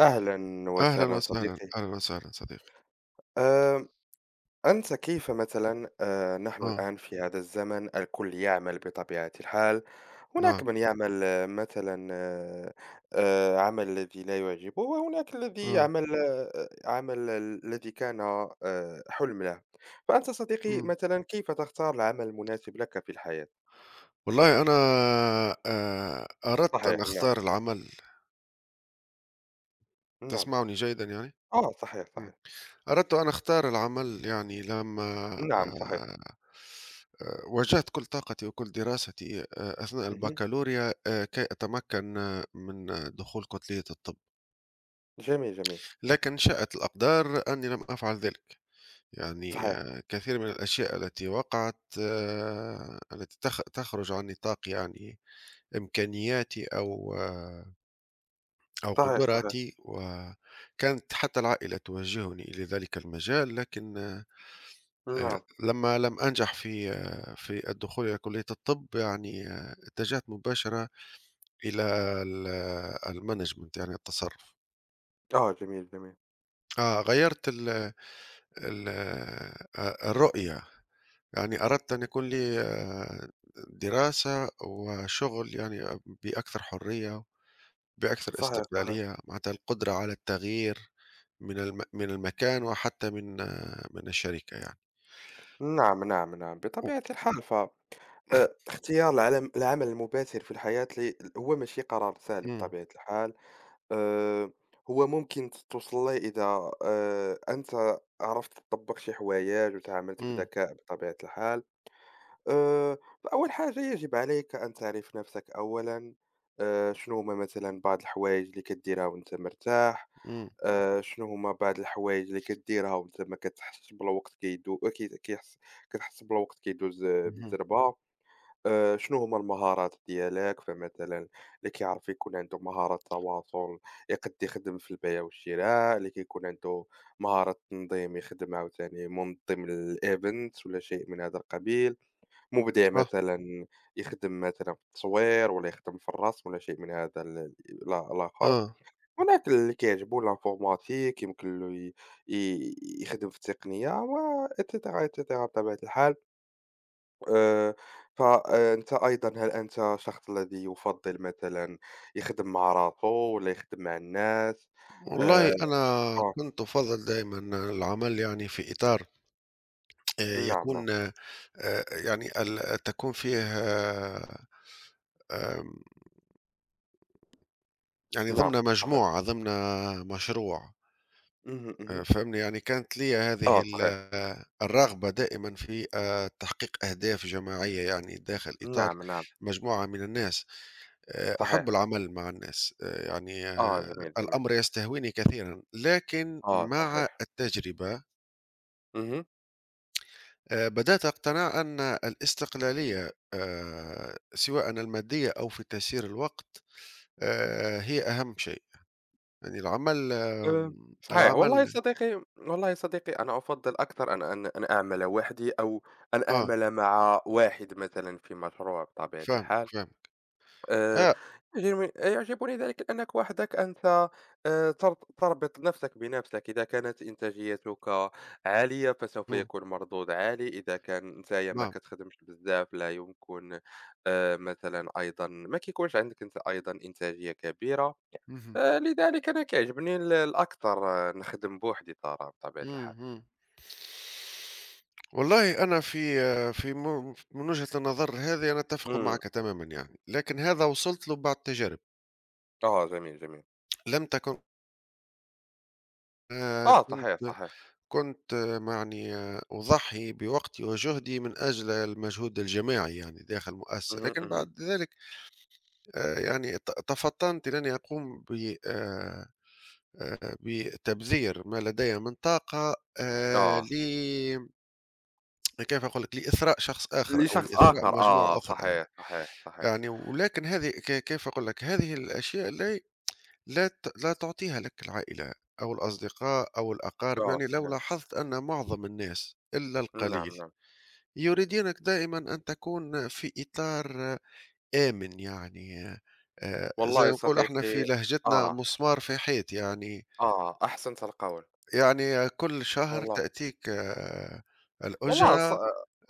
أهلا أهلًا وسهلا وسهلًا، صديقي. أهلًا وسهلًا صديقي. آه، أنت كيف مثلا نحن آه، الآن في هذا الزمن الكل يعمل بطبيعة الحال. هناك نعم، من يعمل مثلا عمل الذي لا يعجبه، وهناك الذي آه، يعمل عمل الذي كان حلم له. فأنت صديقي إمم. مثلا كيف تختار العمل المناسب لك في الحياة؟ والله أنا أردت أن صحيح، نعم. أختار العمل. نعم، تسمعني جيدًا يعني؟ آه صحيح إمم. صحيح. أردت أن أختار العمل يعني لمّا نعم صحيح. آآ، وجهت كل طاقتي وكل دراستي، أثناء مهم. البكالوريا، كي أتمكن من دخول كلية الطب. جميل جميل. لكن شاءت الأقدار أني لم أفعل ذلك. يعني صحيح كثير من الأشياء التي وقعت، التي تخرج عن نطاق يعني إمكانياتي أو صحيح صحيح. قدراتي. وكانت حتى العائلة توجهني إلى ذلك المجال. لكن آه، نعم. لما لم أنجح في الدخول إلى كلية الطب يعني اتجهت مباشرة إلى المانجمنت يعني التصرف. آه جميل جميل. غيرت ال ال آه، الرؤية. يعني أردت أن يكون لي دراسة وشغل يعني بأكثر حرية، بأكثر صحيح، صحيح. استقلالية. معناتها القدرة على التغيير من من المكان وحتى من الشركة يعني. نعم، نعم، نعم، و بطبيعة الحال. ف اختيار العمل المُباشر في الحياة هو ماشي قرار سهل إمم، بطبيعة الحال. آآ، هو ممكن توصل له إذا أنت عرفت تطبّق شي حوايج وتعاملت إمم، بذكاء بطبيعة الحال. آآ، فأول حاجة يجب عليك أن تعرف نفسك أولًا. شنو هُما مثلًا بعض الحوايج اللي كديرها وأنت مرتاح. إمم، شنو هُما بعض الحوايج اللي كديرها وأنت ما كتحسش بلا الوقت كيدو كي كيحس كتحس بلا الوقت كيدوز اهم. بالزربة؟ شنو هُما المهارات ديالك؟ فمثلًا اللي كيعرف يكون عنده مهارة تواصل يقد يخدم في البيع والشراء، اللي كيكون عنده مهارة تنظيم يخدم عاوتاني منظم للevent ولا شيء من هذا القبيل. مبدع صح، مثلًا يخدم مثلًا في التصوير ولا يخدم في الرسم ولا شيء من هذا ال ال الآخر. آه. هناك اللي كيعجبو لانفورماتيك يمكن له ي ي يخدم في التقنية و إتسيتيرا، إتسيتيرا بطبيعة الحال. آآ، فأنت أيضًا هل أنت شخص الذي يفضّل مثلًا يخدم مع راسه والّا يخدم مع الناس؟ آآ، والله أنا آه، كنت أفضّل دايمًا العمل يعني في إطار نعم، نعم، يكون يعني تكون فيه آمم، يعني نعم، ضمن صحيح. مجموعة، ضمن مشروع. اهم، اهم. فاهمني. يعني كانت لي هذه آه، ال صحيح. آه، الرغبة دائمًا في تحقيق أهداف جماعية يعني داخل إطار نعم، نعم، مجموعة من الناس. أحب صحيح. العمل مع الناس. يعني آه، جميل، جميل. الأمر يستهويني كثيرًا. لكن آه، مع صحيح. التجربة اهم. بدأت أقتنع أن الاستقلالية سواء المادية أو في تسيير الوقت هي أهم شيء. يعني العمل آآ، آمم صحيح. والله يا العمل صديقي، والله يا صديقي، أنا أفضّل أكثر أن أعمل وحدي، أو أن آه أعمل مع واحد مثلًا في مشروع بطبيعة فاهمك، الحال. فاهمك. آآ، آه، يعجبني يعجبني ذلك لأنك وحدك أنت تر تربط نفسك بنفسك. إذا كانت إنتاجيتك عالية فسوف إمم، يكون مردود عالي، إذا كان نتايا ما نعم، كتخدمش بزاف لا يمكن مثلًا أيضًا ما كيكونش عندك أنت أيضًا إنتاجية كبيرة. اهم. لذلك أنا كيعجبني الأكثر نخدم بوحدي ترى بطبيعة إمم، الحال. إمم. والله أنا في آه، في م من وجهة النظر هذه أنا أتفق إمم، معك تمامًا يعني. لكن هذا وصلت له بعد تجارب. آه جميل، جميل. لم تكن آآ آه صحيح، كنت صحيح. كنت يعني أضحي بوقتي وجهدي من أجل المجهود الجماعي يعني داخل مؤسسة. اهم، لكن اهم. بعد ذلك يعني تفطنت لأني أقوم ب بتبذير ما لدي من طاقة آه، ل كيف أقول لك، لإثراء شخص آخر أو لشخص لإثراء آخر، مجموعة آه أخرى يعني. صحيح، صحيح، صحيح. يعني ولكن هذه، كيف أقول لك، هذه الأشياء لا تعطيها لك العائلة أو الأصدقاء أو الأقارب. آه يعني لو صحيح. لاحظت أن معظم الناس إلا نعم، القليل نعم. يريدينك دائمًا أن تكون في إطار آمن يعني، زي والله ما يا نقولوا إحنا صديقي. في لهجتنا آه، مسمار في حيط يعني. آه، أحسنت القول. يعني كل شهر والله تأتيك والله ص الأجرة.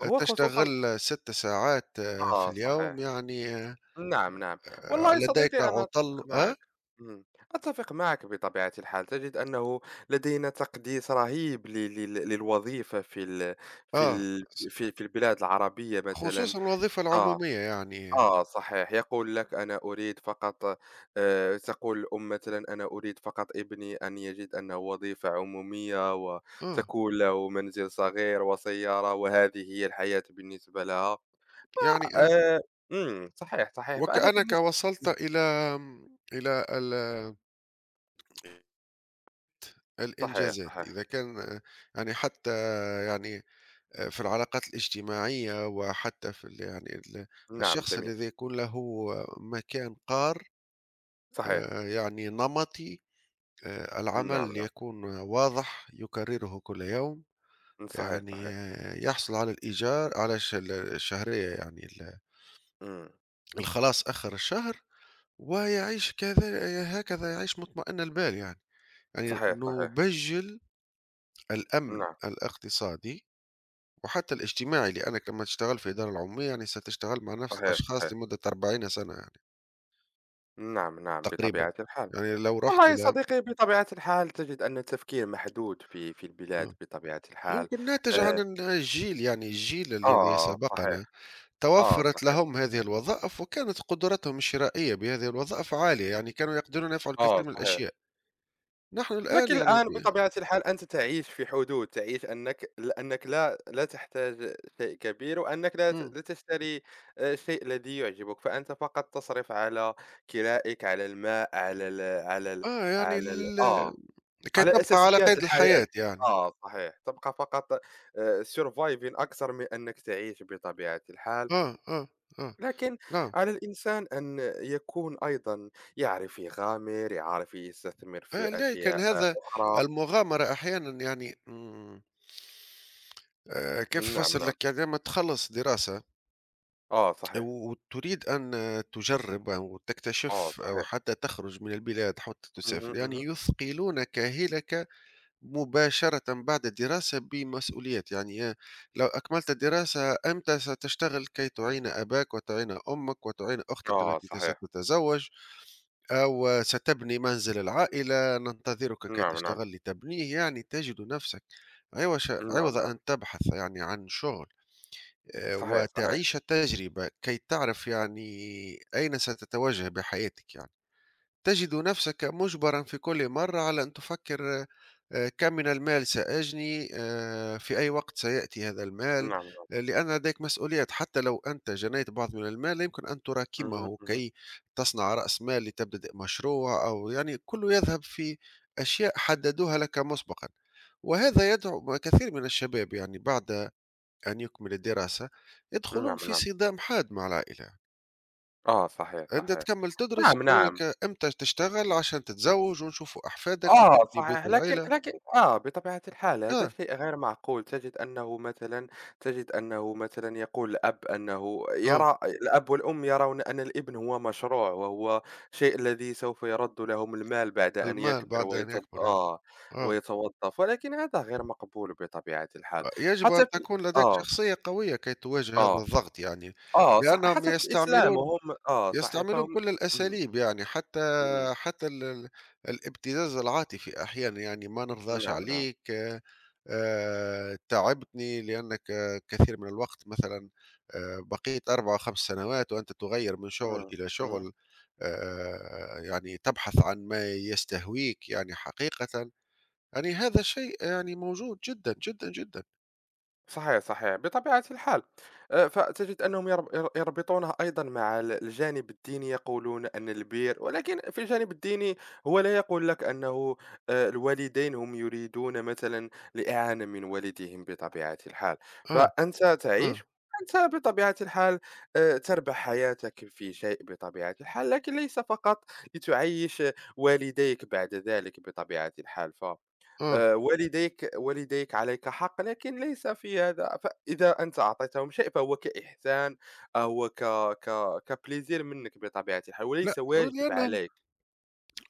هو خصوصًا. تشتغل 6 ساعات في آه اليوم صحيح. يعني، نعم، نعم. والله يا لديك صديقي أنا عُطَل أتفق معك. إمم. أتفق معك بطبيعة الحال. تجد أنه لدينا تقديس رهيب ل لل للوظيفة في ال في آه. ال س في في البلاد العربية مثلًا. خصوصًا الوظيفة آه. العمومية يعني. آه صحيح، يقول لك أنا أريد فقط تقول الأم مثلًا أنا أريد فقط ابني أن يجد أنه وظيفة عمومية آه، وتكون له منزل صغير وسيارة، وهذه هي الحياة بالنسبة لها. يعني آآ إمم، صحيح، صحيح، فأنا وكأنك بالنسبة. وصلت إمم، إلى، إلى صحيح، الإنجازات، صحيح، إذا كان يعني حتى يعني، في العلاقات الاجتماعية، وحتى في يعني نعم الشخص جميل، الذي يكون له مكان قار صحيح، آآ، يعني نمطي، نعم، العمل نعم، يكون واضح يكرره كل يوم. إمم، صحيح، يعني صحيح، يحصل على الإيجار، على الشهرية يعني إمم، الخلاص آخر الشهر. ويعيش هكذا، يعيش مطمئن البال يعني صحيح، صحيح، نبجل الأمن نعم، الاقتصادي وحتى الاجتماعي، لأنك لما تشتغل في إدارة العمومية يعني ستشتغل مع نفس صحيح، الأشخاص صحيح، لمدة 40 سنة يعني نعم، نعم، تقريبا. بطبيعة الحال. يعني لو رحت والله يا إلى صديقي بطبيعة الحال تجد أن التفكير محدود في البلاد آه. بطبيعة الحال. يمكن ناتج عن آه. الجيل. يعني الجيل الذي آه، سبقنا صحيح. آه توفرت صحيح. لهم هذه الوظائف، وكانت قدرتهم الشرائية بهذه الوظائف عالية. يعني كانوا يقدرون يفعلوا آه الكثير من صحيح. الأشياء. نحن الآن لكن يعني الآن بطبيعة الحال أنت تعيش في حدود، تعيش أنك أنك لا تحتاج شيء كبير، وأنك ب... لا تشتري الشيء الذي يعجبك. فأنت فقط تصرف على كرائك، على الماء، على ال على ال آه، يعني على ال آه كي على تبقى على أساسيات قيد الحياة. الحياة يعني. آه صحيح، تبقى فقط surviving أكثر من أنك تعيش بطبيعة الحال. آه، آه، آه، لكن نعم. على الإنسان أن يكون أيضًا يعرف يغامر، يعرف يستثمر في لكن أشياء هذا. أخرى. المغامرة أحيانًا يعني إمم كيف نعم، أفسّر نعم، لك؟ يعني لمّا تخلّص دراسة آه صحيح، وتريد أن تجرّب أو آه تكتشف أو صحيح، حتى تخرج من البلاد، حتى تسافر، اهم، يعني اهم، يثقلونك هِلَك مباشرة بعد الدراسة بمسؤوليات يعني. لو أكملت الدراسة أنت ستشتغل كي تعين أباك وتعين أمك وتعين أختك آه التي صحيح، ستتزوج، أو ستبني منزل العائلة ننتظرك كي نعم، نعم، تشتغل لتبنيه. يعني تجد نفسك نعم، عوض نعم، أن تبحث يعني عن شغل صحيح، صحيح، وتعيش التجربة كي تعرف يعني أين ستتوجه بحياتك. يعني تجد نفسك مُجبرًا في كل مرّة على أن تفكّر كم من المال سآجني، في أي وقت سيأتي هذا نعم، المال، نعم، آه، لأن لديك مسؤوليات. حتى لو أنت جنيت بعض من المال لا يمكن أن اهم، تراكمه اهم، كي تصنع رأس مال لتبتدئ مشروع، أو يعني كلّه يذهب في أشياء حددوها لك مسبقًا. وهذا يدعو كثير من الشباب، يعني بعد أن يكمل الدراسة، يدخلون نعم، في نعم، صدام حاد مع العائلة. آه صحيح، أنت صحيح، تكمّل تدرس، نعم، يقولوا لك نعم. إمتى تشتغل عشان تتزوّج، ونشوفوا أحفادك، آه وتبني بيت صحيح، لكن العيلة. لكن آه بطبيعة الحال هذا آه، شيء غير معقول. تجد أنه مثلًا تجد أنه مثلًا يقول الأب أنه آه. يرى الأب والأم يرون أن الابن هو مشروع، وهو شيء الذي سوف يرَدّ لهم المال بعد أن المال يكبر بعد أن يكبر آه. ويتوظف. ولكن هذا غير مقبول بطبيعة الحال. يجب أن حتى في تكون لديك آه، شخصية قوية كي تواجه هذا آه، الضغط يعني. آه صح، لأنهم حتى في الإسلام يستعملون وهم، آه صحيح يستعملون فهم. كل إمم، الأساليب، يعني حتى إمم، حتى ال الابتزاز العاطفي أحيانا. يعني ما نرضاش نعم، نعم، عليك تعبتني، لأنك كثير من الوقت مثلا بقيت 4 أو 5 سنوات وأنت تغير من شغل إمم، إلى إمم. شغل. يعني تبحث عن ما يستهويك يعني حقيقة. يعني هذا الشيء يعني موجود جدا جدا جدا. صحيح، صحيح، بطبيعة الحال. فتجد أنهم يربطونها أيضًا مع الجانب الديني. يقولون أن البِر، ولكن في الجانب الديني هو لا يقول لك أنه الوالدين هم يريدون مثلًا الإعانة من ولدهم بطبيعة الحال. آه، فأنت آه، تعيش، أنت بطبيعة الحال تربح حياتك في شيء بطبيعة الحال، لكن ليس فقط لتعيّش والديك بعد ذلك بطبيعة الحال. ف آه، والديك، والديك عليك حق، لكن ليس في هذا. فإذا أنت أعطيتهم شيء فهو كإحسان. آه، هو ك ك كplaisir منّك بطبيعة الحال، لا. وليس واجب لأنهم عليك.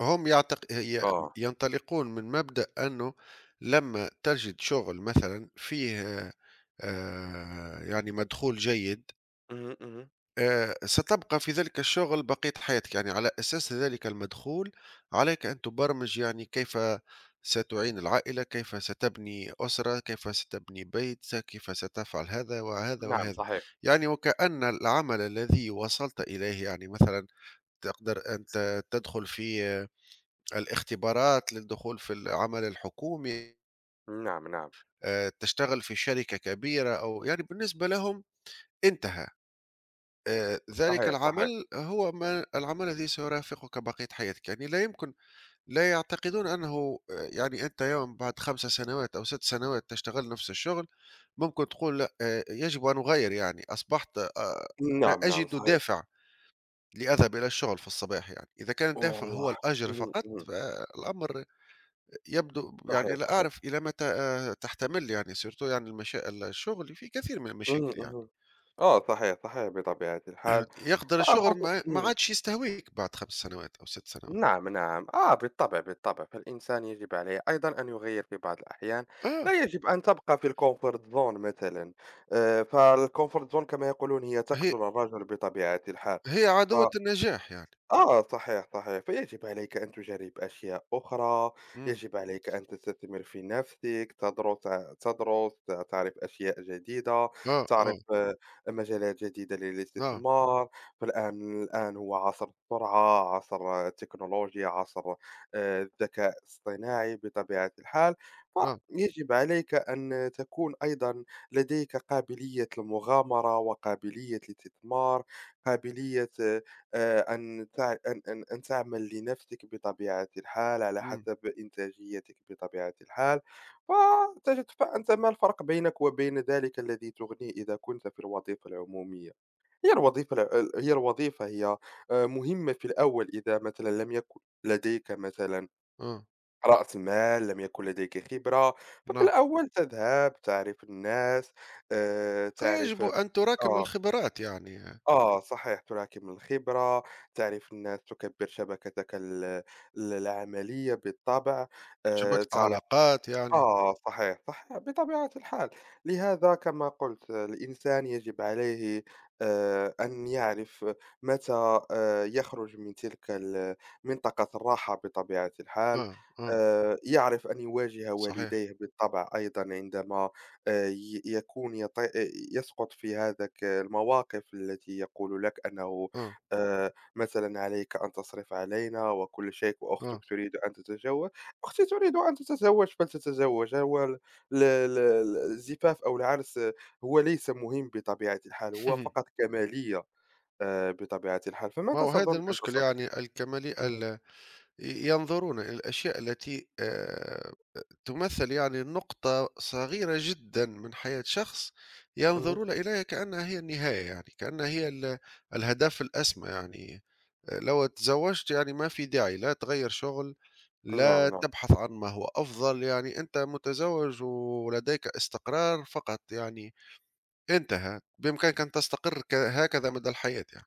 هم آه. ينطلقون من مبدأ أنه لما تجد شغل مثلا فيه، يعني مدخول جيد، اهم، اهم. ستبقى في ذلك الشغل بقية حياتك. يعني على أساس ذلك المدخول عليك أن تبرمج يعني كيف ستعين العائلة، كيف ستبني أسرة، كيف ستبني بيت، كيف ستفعل هذا وهذا نعم وهذا. صحيح. يعني وكأن العمل الذي وصلت إليه، يعني مثلا تقدر أن تدخل في الاختبارات للدخول في العمل الحكومي، نعم، نعم. تشتغل في شركة كبيرة، أو يعني بالنسبة لهم انتهى. ذلك صحيح، صحيح. العمل هو ما العمل الذي سيرافقك بقية حياتك. يعني لا يمكن. لا يعتقدون أنه يعني أنت يوم بعد 5 سنوات أو 6 سنوات تشتغل نفس الشغل، ممكن تقول لأ. يجب أن أغيّر، يعني أصبحت لا نعم، نعم أجد صحيح. دافع لأذهب إلى الشغل في الصباح يعني. إذا كان الدافع هو والله. الأجر اهم، فقط، اهم. فالأمر يبدو يعني صحيح، لا صحيح. أعرف إلى متى تحتمل، يعني surtout يعني المشا ال الشغل فيه كثير من اهم، المشاكل يعني. اهم. آه صحيح، صحيح بطبيعة الحال. يقدر الشغل فأخذ ما إمم. عادش يستهويك بعد 5 سنوات أو 6 سنوات. نعم نعم آه بالطبع بالطبع. فالإنسان يجب عليه أيضا أن يغير في بعض الأحيان، آه، لا يجب أن تبقى في الكومفورت زون مثلا. فالكومفورت زون كما يقولون هي هي تقتل الرجل بطبيعة الحال. هي ف... عدوة النجاح يعني. آه صحيح، صحيح. فيجب عليك أن تجرّب أشياء أخرى، إمم، يجب عليك أن تستثمر في نفسك، تدرس، تعرف أشياء جديدة، آه، آه، تعرف مجالات جديدة نعم، للاستثمار. فالآن، الآن هو عصر السرعة، عصر التكنولوجيا، عصر الذكاء الاصطناعي بطبيعة الحال. نعم، فيجب عليك أن تكون أيضًا لديك قابلية المغامرة وقابلية الاستثمار، قابلية آه، أن تع... أن أن أن تعمل لنفسك بطبيعة الحال على إمم، حسب إنتاجيتك بطبيعة الحال. فتجد، فأنت ما الفرق بينك وبين ذلك الذي تغنيه إذا كنت في الوظيفة العمومية؟ هي الوظيفة هي مهمة في الأول إذا مثلا لم يكن لديك مثلا آه، رأس مال، لم يكن لديك خبرة. ففي نعم. الأول تذهب تعرف الناس، آه، تعرف يجب أن تراكم آه الخبرات يعني. آه صحيح، تراكم الخبرة، تعرف الناس، تكبّر شبكتك ال ال العملية بالطبع. شبكة تعرف، علاقات يعني. آه صحيح، صحيح بطبيعة الحال. لهذا كما قلت الإنسان يجب عليه أن يعرف متى يخرج من تلك ال منطقة الراحة بطبيعة الحال. آه، آه، يعرف أن يواجه صحيح، والديه بالطبع أيضًا عندما ي يكون يط يسقط في هذاك المواقف التي يقول لك أنه آه، مثلًا عليك أن تصرف علينا وكل شيء آه. وأختك تريد أن تتجوز. أختي تريد أن تتزوج فلتتزوج. هو ال ال ال ال الزفاف أو العرس هو ليس مهم بطبيعة الحال، هو فقط كمالية بطبيعة الحال. فما ما هو هذا تظن أنت المشكل صديقي؟ يعني، الكمالي اهم، ال ي ينظرون إلى الأشياء التي تمثّل يعني نقطة صغيرة جدًا من حياة شخص، اهم، ينظرون إليها كأنها هي النهاية يعني، كأنها هي الهدف الأسمى يعني. لو تزوجت، يعني ما في داعي، لا تغيّر شغل، نعم، لا نعم، تبحث عن ما هو أفضل، يعني أنت متزوج ولديك استقرار فقط يعني، انتهى. بإمكانك أن تستقر هكذا مدى الحياة يعني.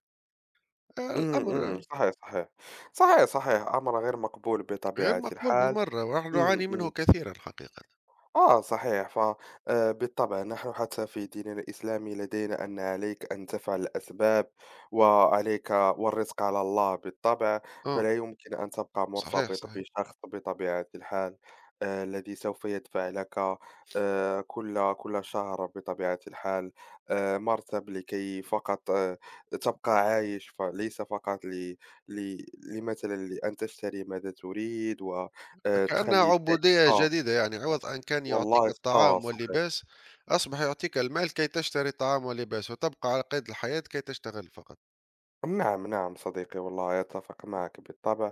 إمم، الأمر إمم، صحيح، صحيح، صحيح، صحيح، أمر غير مقبول غير بطبيعة مقبول الحال. بالمرّة، ونحن إمم، نعاني منه إمم. كثيرًا حقيقة. آه صحيح. ف بالطبع نحن حتى في ديننا الإسلامي لدينا أن عليك أن تفعل الأسباب، وعليك والرزق على الله بالطبع. آه، فلا يمكن أن تبقى صحيح، مرتبط صحيح. بشخص بطبيعة الحال، الذي سوف يدفع لك كل شهر بطبيعة الحال مرتب لكي فقط تبقى عايش. فليس فقط ل ل لمثلًا لأن تشتري ماذا تريد و كأنها تخلّي شيء. عبودية آه. جديدة، يعني عوض أن كان يعطيك والله ص آه الطعام صحيح. واللباس، أصبح يعطيك المال كي تشتري طعام ولباس، وتبقى على قيد الحياة كي تشتغل فقط. نعم، نعم صديقي والله أتفق معك بالطبع.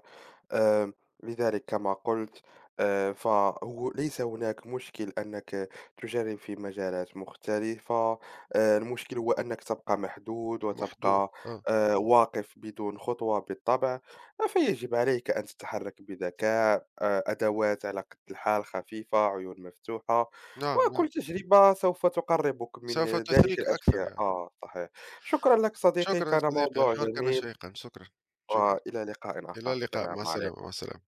آمم، لذلك كما قُلت فهو ليس هناك مشكل أنك تجرّب في مجالات مختلفة. المشكل هو أنك تبقى محدود محدود، وتبقى آه، واقف بدون خطوة بالطبع. فيجب عليك أن تتحرك بذكاء، أدوات على قد الحال خفيفة، عيون مفتوحة، نعم، نعم. وكل تجربة سوف تقرّبك من سوف ذلك تثريك أكثر الأشياء. يعني. آه صحيح. شكرا لك صديقي، شكرًا كان صديقي، موضوع الحوار كان جميل. شيقًا. شكرًا، شكرًا. وإلى لقاء إلى آخر، اللقاء، السلام مع السلامة، مع عليكم. السلامة.